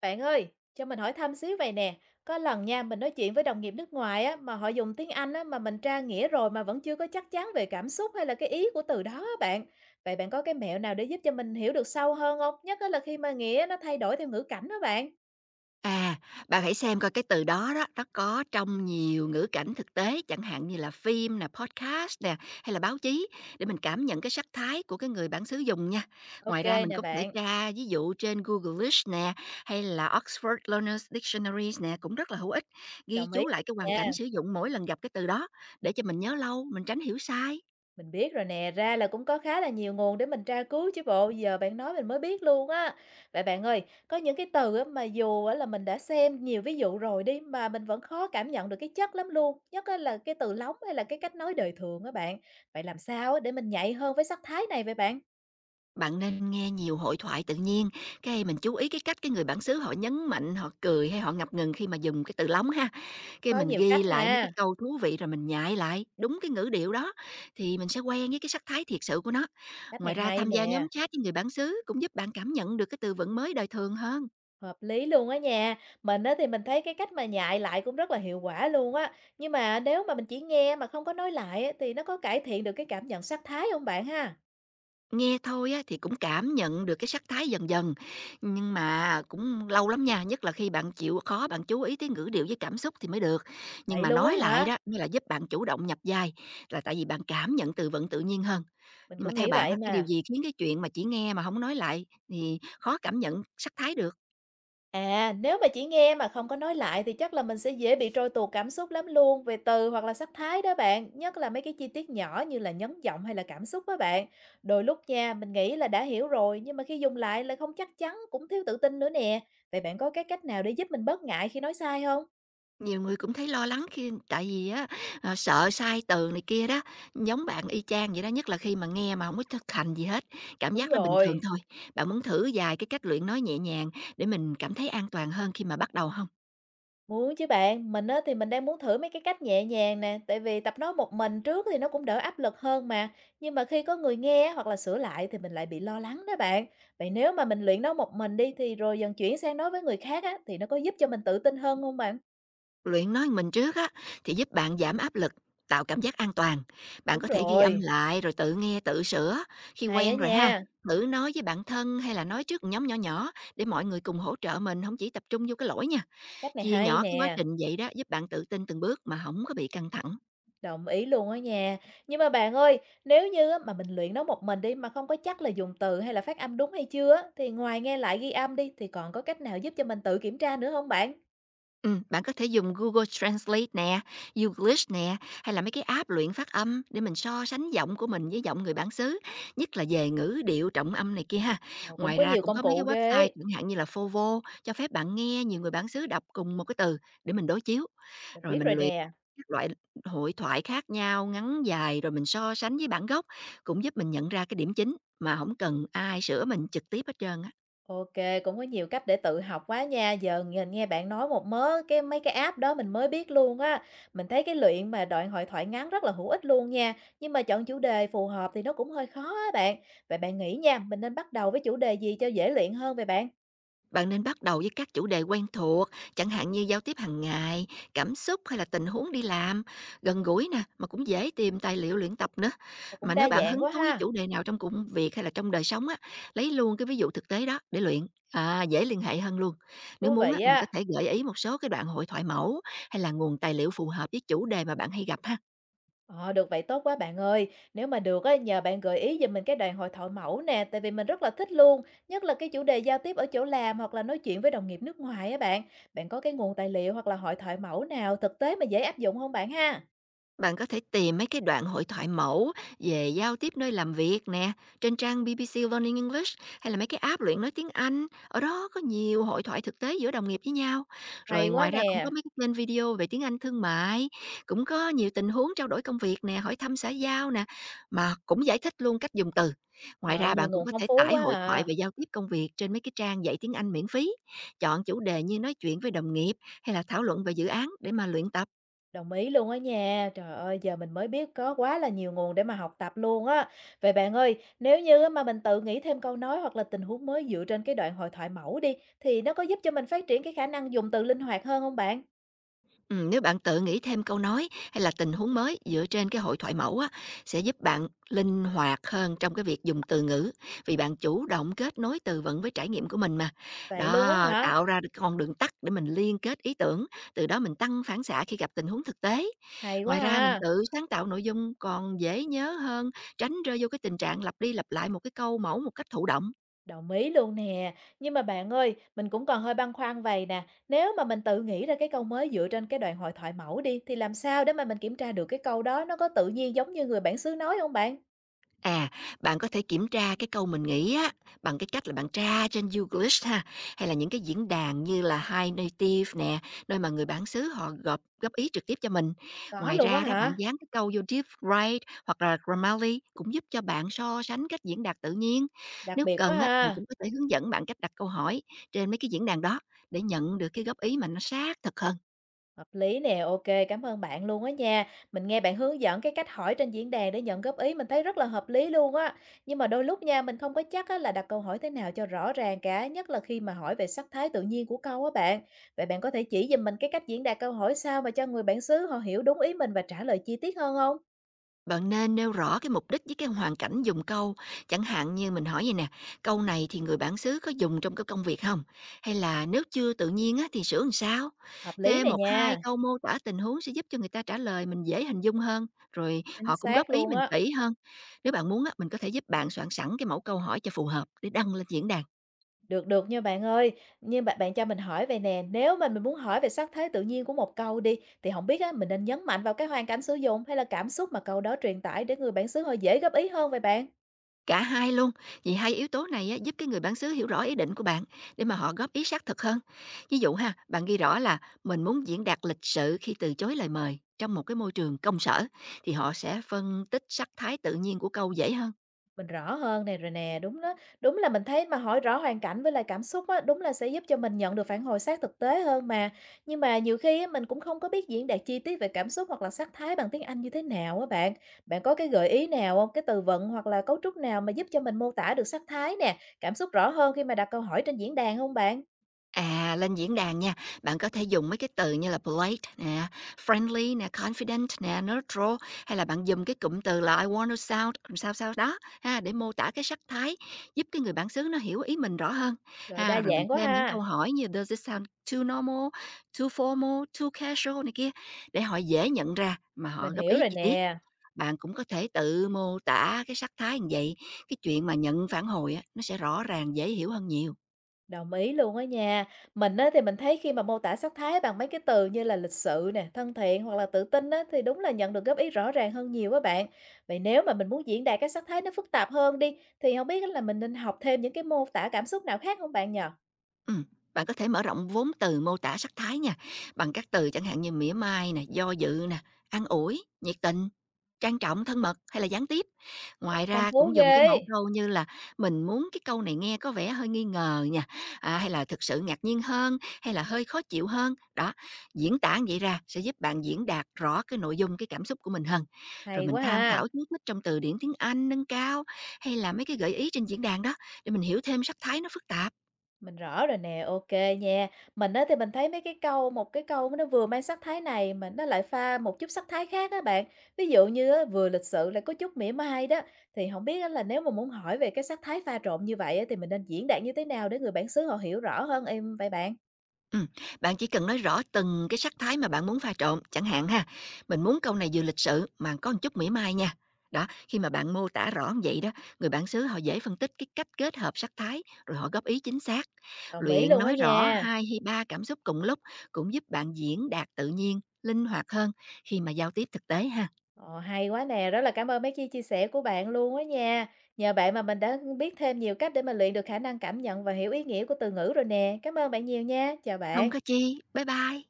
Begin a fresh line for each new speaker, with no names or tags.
Bạn ơi, cho mình hỏi thăm xíu vậy nè. Có lần nha, mình nói chuyện với đồng nghiệp nước ngoài á, mà họ dùng tiếng Anh á, mà mình tra nghĩa rồi mà vẫn chưa có chắc chắn về cảm xúc hay là cái ý của từ đó á bạn. Vậy bạn có cái mẹo nào để giúp cho mình hiểu được sâu hơn không? Nhất á là khi mà nghĩa nó thay đổi theo ngữ cảnh đó bạn.
À, bạn hãy xem coi cái từ đó đó, nó có trong nhiều ngữ cảnh thực tế, chẳng hạn như là phim nè, podcast nè, hay là báo chí, để mình cảm nhận cái sắc thái của cái người bản xứ dùng nha. Ngoài
Ok
ra mình
nè
có thể
bạn,
tra ví dụ trên Google-ish nè, hay là Oxford Learners Dictionaries nè, cũng rất là hữu ích. Ghi
đồng ý
chú lại cái hoàn cảnh
nha.
sử dụng mỗi lần gặp cái từ đó, để cho mình nhớ lâu, mình tránh hiểu sai.
Mình biết rồi nè, ra là cũng có khá là nhiều nguồn để mình tra cứu chứ bộ, giờ bạn nói mình mới biết luôn á. Vậy bạn ơi, có những cái từ á, mà dù á, là mình đã xem nhiều ví dụ rồi đi mà mình vẫn khó cảm nhận được cái chất lắm luôn, nhất á, là cái từ lóng hay là cái cách nói đời thường á bạn. Vậy làm sao á, để mình nhạy hơn với sắc thái này vậy bạn?
Bạn nên nghe nhiều hội thoại tự nhiên, cái mình chú ý cái cách cái người bản xứ họ nhấn mạnh, họ cười hay họ ngập ngừng khi mà dùng cái từ lóng ha. Cái
Có
mình
nhiều cách
ghi lại mấy cái
ha,
câu thú vị rồi mình nhại lại đúng cái ngữ điệu đó thì mình sẽ quen với cái sắc thái thiệt sự của nó.
cách này
Ngoài ra
hay
tham gia
nè.
nhóm chat với người bản xứ cũng giúp bạn cảm nhận được cái từ vựng mới đời thường hơn.
Hợp lý luôn á nha. Mình á thì mình thấy cái cách mà nhại lại cũng rất là hiệu quả luôn á. Nhưng mà nếu mà mình chỉ nghe mà không có nói lại á, thì nó có cải thiện được cái cảm nhận sắc thái không bạn ha?
Nghe thôi á thì cũng cảm nhận được cái sắc thái dần dần, nhưng mà cũng lâu lắm nha, nhất là khi bạn chịu khó bạn chú ý tới ngữ điệu với cảm xúc thì mới được. Nhưng
Vậy
mà
luôn á
nói lại
hả?
đó, như là giúp bạn chủ động nhập vai, là tại vì bạn cảm nhận từ vựng tự nhiên hơn.
Mình
Nhưng mà
cũng
theo
nghĩ
bạn
vậy
á, cái điều
mà.
gì khiến cái chuyện mà chỉ nghe mà không nói lại thì khó cảm nhận sắc thái được?
À, nếu mà chỉ nghe mà không có nói lại thì chắc là mình sẽ dễ bị trôi tuột cảm xúc lắm luôn về từ hoặc là sắc thái đó bạn, nhất là mấy cái chi tiết nhỏ như là nhấn giọng hay là cảm xúc đó bạn. Đôi lúc nha, mình nghĩ là đã hiểu rồi nhưng mà khi dùng lại lại không chắc chắn, cũng thiếu tự tin nữa nè. Vậy bạn có cái cách nào để giúp mình bớt ngại khi nói sai không?
Nhiều người cũng thấy lo lắng khi tại vì á, sợ sai từ này kia đó, giống bạn y chang vậy đó, nhất là khi mà nghe mà không có thực hành gì hết, cảm
Đúng
giác nó bình thường
rồi.
thôi. Bạn muốn thử vài cái cách luyện nói nhẹ nhàng để mình cảm thấy an toàn hơn khi mà bắt đầu không?
Muốn chứ bạn, mình á thì mình đang muốn thử mấy cái cách nhẹ nhàng nè, tại vì tập nói một mình trước thì nó cũng đỡ áp lực hơn mà. Nhưng mà khi có người nghe hoặc là sửa lại thì mình lại bị lo lắng đó bạn. Vậy nếu mà mình luyện nói một mình đi thì rồi dần chuyển sang nói với người khác á thì nó có giúp cho mình tự tin hơn không bạn?
Luyện nói mình trước á, thì giúp bạn giảm áp lực, tạo cảm giác an toàn. Bạn
Đúng
có thể ghi âm
rồi,
lại rồi tự nghe, tự sửa. Khi
hay á
quen rồi ha,
nha,
thử nói với bạn thân hay là nói trước một nhóm nhỏ nhỏ để mọi người cùng hỗ trợ mình, không chỉ tập trung vô cái lỗi nha.
cách này
Chia
hay
nhỏ cái quá
nè.
trình vậy đó giúp bạn tự tin từng bước mà không có bị căng thẳng.
Đồng ý luôn á nha. Nhưng mà bạn ơi, nếu như á, mà mình luyện nói một mình đi mà không có chắc là dùng từ hay là phát âm đúng hay chưa á, thì ngoài nghe lại ghi âm đi thì còn có cách nào giúp cho mình tự kiểm tra nữa không bạn?
Bạn có thể dùng Google Translate nè, Youglish nè, hay là mấy cái app luyện phát âm để mình so sánh giọng của mình với giọng người bản xứ, nhất là về ngữ điệu, trọng âm này kia ha.
Ồ, cũng
Ngoài
có
ra
nhiều
cũng
công
có mấy
cụ
cái
ghê
website
ấy,
chẳng hạn như là Fovo cho phép bạn nghe nhiều người bản xứ đọc cùng một cái từ để mình đối chiếu,
mình
rồi
biết
mình
rồi
luyện
nè.
các loại hội thoại khác nhau, ngắn dài rồi mình so sánh với bản gốc, cũng giúp mình nhận ra cái điểm chính mà không cần ai sửa mình trực tiếp hết trơn á.
OK, cũng có nhiều cách để tự học quá nha. Giờ mình nghe bạn nói một mớ cái mấy cái app đó mình mới biết luôn á. Mình thấy cái luyện mà đoạn hội thoại ngắn rất là hữu ích luôn nha, nhưng mà chọn chủ đề phù hợp thì nó cũng hơi khó á bạn. Vậy bạn nghĩ nha, mình nên bắt đầu với chủ đề gì cho dễ luyện hơn vậy bạn?
Bạn nên bắt đầu với các chủ đề quen thuộc, chẳng hạn như giao tiếp hàng ngày, cảm xúc hay là tình huống đi làm, gần gũi nè, mà cũng dễ tìm tài liệu luyện tập nữa.
Mà cũng
Mà
đa
nếu bạn
dạng
hứng
quá
thú với
ha,
chủ đề nào trong công việc hay là trong đời sống á, lấy luôn cái ví dụ thực tế đó để luyện. À, dễ liên hệ hơn luôn. Nếu
thú
muốn á,
vị
mình có
á.
thể gợi ý một số cái đoạn hội thoại mẫu hay là nguồn tài liệu phù hợp với chủ đề mà bạn hay gặp ha.
Ờ, được vậy tốt quá bạn ơi. Nếu mà được á, nhờ bạn gợi ý giùm mình cái đoàn hội thoại mẫu nè, tại vì mình rất là thích luôn, nhất là cái chủ đề giao tiếp ở chỗ làm hoặc là nói chuyện với đồng nghiệp nước ngoài á bạn. Bạn có cái nguồn tài liệu hoặc là hội thoại mẫu nào thực tế mà dễ áp dụng không bạn ha?
Bạn có thể tìm mấy cái đoạn hội thoại mẫu về giao tiếp nơi làm việc nè, trên trang BBC Learning English hay là mấy cái app luyện nói tiếng Anh, ở đó có nhiều hội thoại thực tế giữa đồng nghiệp với nhau.
Hay
Rồi
quá
ngoài ra cũng có
nè.
mấy cái kênh video về tiếng Anh thương mại, cũng có nhiều tình huống trao đổi công việc nè, hỏi thăm xã giao nè, mà cũng giải thích luôn cách dùng từ. Ngoài
Rồi,
ra
nhiều
bạn cũng
nguồn
có
phong
thể
phú
tải
quá
hội thoại
à.
về giao tiếp công việc trên mấy cái trang dạy tiếng Anh miễn phí, chọn chủ đề như nói chuyện với đồng nghiệp hay là thảo luận về dự án để mà luyện tập.
Đồng ý luôn á nha. Trời ơi, giờ mình mới biết có quá là nhiều nguồn để mà học tập luôn á. Vậy bạn ơi, nếu như á mà mình tự nghĩ thêm câu nói hoặc là tình huống mới dựa trên cái đoạn hội thoại mẫu đi, thì nó có giúp cho mình phát triển cái khả năng dùng từ linh hoạt hơn không bạn?
Nếu bạn tự nghĩ thêm câu nói hay là tình huống mới dựa trên cái hội thoại mẫu á, sẽ giúp bạn linh hoạt hơn trong cái việc dùng từ ngữ vì bạn chủ động kết nối từ vựng với trải nghiệm của mình mà.
Vậy luôn á
Đó,
hả?
tạo ra được con đường tắt để mình liên kết ý tưởng, từ đó mình tăng phản xạ khi gặp tình huống thực tế.
Hay quá
Ngoài ra mình
ha.
tự sáng tạo nội dung còn dễ nhớ hơn, tránh rơi vô cái tình trạng lặp đi lặp lại một cái câu mẫu một cách thụ động.
Đồng ý luôn nè. Nhưng mà bạn ơi, mình cũng còn hơi băn khoăn vậy nè. Nếu mà mình tự nghĩ ra cái câu mới dựa trên cái đoạn hội thoại mẫu đi, thì làm sao để mà mình kiểm tra được cái câu đó nó có tự nhiên giống như người bản xứ nói không bạn?
À, bạn có thể kiểm tra cái câu mình nghĩ á bằng cái cách là bạn tra trên Googlish ha, hay là những cái diễn đàn như là Hi Native nè, nơi mà người bản xứ họ góp góp ý trực tiếp cho mình.
Có
Ngoài
luôn á
ra đó bạn
hả?
dán cái câu vô DeepWrite hoặc là Grammarly cũng giúp cho bạn so sánh cách diễn đạt tự nhiên.
Đặc
Nếu
biệt quá
cần á, mình
ha.
cũng có thể hướng dẫn bạn cách đặt câu hỏi trên mấy cái diễn đàn đó để nhận được cái góp ý mà nó sát thật hơn.
Hợp lý nè, OK, cảm ơn bạn luôn á nha. Mình nghe bạn hướng dẫn cái cách hỏi trên diễn đàn để nhận góp ý mình thấy rất là hợp lý luôn á. Nhưng mà đôi lúc nha, mình không có chắc á là đặt câu hỏi thế nào cho rõ ràng cả, nhất là khi mà hỏi về sắc thái tự nhiên của câu á bạn. Vậy bạn có thể chỉ giùm mình cái cách diễn đạt câu hỏi sao mà cho người bản xứ họ hiểu đúng ý mình và trả lời chi tiết hơn không?
Bạn nên nêu rõ cái mục đích với cái hoàn cảnh dùng câu, chẳng hạn như mình hỏi vậy nè, câu này thì người bản xứ có dùng trong cái công việc không? Hay là nếu chưa tự nhiên á thì sửa làm sao?
Hợp lý
Thêm
này
một 2
nha,
câu mô tả tình huống sẽ giúp cho người ta trả lời mình dễ hình dung hơn, rồi
chính
họ cũng góp
xác
ý
luôn
mình
á.
kỹ hơn. Nếu bạn muốn á, mình có thể giúp bạn soạn sẵn cái mẫu câu hỏi cho phù hợp để đăng lên diễn đàn.
Được, được nha bạn ơi. Nhưng bạn bạn cho mình hỏi vầy nè, nếu mà mình muốn hỏi về sắc thái tự nhiên của một câu đi, thì không biết á, mình nên nhấn mạnh vào cái hoàn cảnh sử dụng hay là cảm xúc mà câu đó truyền tải để người bản xứ họ dễ góp ý hơn vậy bạn?
Cả hai luôn, vì hai yếu tố này á, giúp cái người bản xứ hiểu rõ ý định của bạn để mà họ góp ý xác thực hơn. Ví dụ ha, bạn ghi rõ là mình muốn diễn đạt lịch sự khi từ chối lời mời trong một cái môi trường công sở thì họ sẽ phân tích sắc thái tự nhiên của câu dễ hơn.
Mình rõ hơn này rồi nè, đúng đó. Đúng là mình thấy mà hỏi rõ hoàn cảnh với lại cảm xúc á, đúng là sẽ giúp cho mình nhận được phản hồi sát thực tế hơn mà. Nhưng mà nhiều khi á, mình cũng không có biết diễn đạt chi tiết về cảm xúc hoặc là sắc thái bằng tiếng Anh như thế nào á bạn. Bạn có cái gợi ý nào hông? Cái từ vựng hoặc là cấu trúc nào mà giúp cho mình mô tả được sắc thái nè, cảm xúc rõ hơn khi mà đặt câu hỏi trên diễn đàn không bạn?
À, lên diễn đàn nha, bạn có thể dùng mấy cái từ như là polite nè, friendly nè, confident nè, neutral hay là bạn dùng cái cụm từ là I want to sound sao sao đó ha để mô tả cái sắc thái, giúp cái người bản xứ nó hiểu ý mình rõ hơn.
Rồi đa
Ha, rồi mình
dạng quá
thêm những
ha.
câu hỏi như does it sound too normal, too formal, too casual này kia để họ dễ nhận ra mà
Mình
họ góp
hiểu
ý
rồi
chi tiết.
nè.
Bạn cũng có thể tự mô tả cái sắc thái như vậy, cái chuyện mà nhận phản hồi á nó sẽ rõ ràng dễ hiểu hơn nhiều.
Đồng ý luôn á nha. Mình á thì mình thấy khi mà mô tả sắc thái bằng mấy cái từ như là lịch sự nè, thân thiện hoặc là tự tin á thì đúng là nhận được góp ý rõ ràng hơn nhiều á bạn. Vậy nếu mà mình muốn diễn đạt cái sắc thái nó phức tạp hơn đi thì không biết là mình nên học thêm những cái mô tả cảm xúc nào khác không bạn nhờ?
Ừm, Bạn có thể mở rộng vốn từ mô tả sắc thái nha, bằng các từ chẳng hạn như mỉa mai nè, do dự nè, an ủi, nhiệt tình, trang trọng, thân mật hay là gián tiếp.
Rồi
Ngoài
phong
ra
phú
cũng dùng cái mẫu
ghê.
câu như là mình muốn cái câu này nghe có vẻ hơi nghi ngờ nha, à, hay là thực sự ngạc nhiên hơn, hay là hơi khó chịu hơn. Đó, diễn tả như vậy ra sẽ giúp bạn diễn đạt rõ cái nội dung, cái cảm xúc của mình hơn. Rồi
Hay
mình tham
quá ha.
khảo chú thích trong từ điển tiếng Anh nâng cao hay là mấy cái gợi ý trên diễn đàn đó để mình hiểu thêm sắc thái nó phức tạp.
Mình rõ rồi nè, ok nha. Mình á thì mình thấy mấy cái câu một cái câu nó vừa mang sắc thái này mà nó lại pha một chút sắc thái khác á bạn. Ví dụ như á, vừa lịch sự lại có chút mỉa mai đó, thì không biết á là nếu mà muốn hỏi về cái sắc thái pha trộn như vậy á, thì mình nên diễn đạt như thế nào để người bản xứ họ hiểu rõ hơn em vậy bạn?
Ừm, Bạn chỉ cần nói rõ từng cái sắc thái mà bạn muốn pha trộn, chẳng hạn ha, mình muốn câu này vừa lịch sự mà có một chút mỉa mai nha. Đó, khi mà bạn mô tả rõ như vậy đó, người bản xứ họ dễ phân tích cái cách kết hợp sắc thái rồi họ góp ý chính xác.
Đồng ý
Luyện
luôn á
nói rõ
nha.
hai hay ba cảm xúc cùng lúc cũng giúp bạn diễn đạt tự nhiên, linh hoạt hơn khi mà giao tiếp thực tế ha.
Ờ, hay quá nè, rất là cảm ơn mấy chia chia sẻ của bạn luôn á nha. Nhờ bạn mà mình đã biết thêm nhiều cách để mà luyện được khả năng cảm nhận và hiểu ý nghĩa của từ ngữ rồi nè. Cảm ơn bạn nhiều nha. Chào
Không
bạn.
có chi. Bye bye.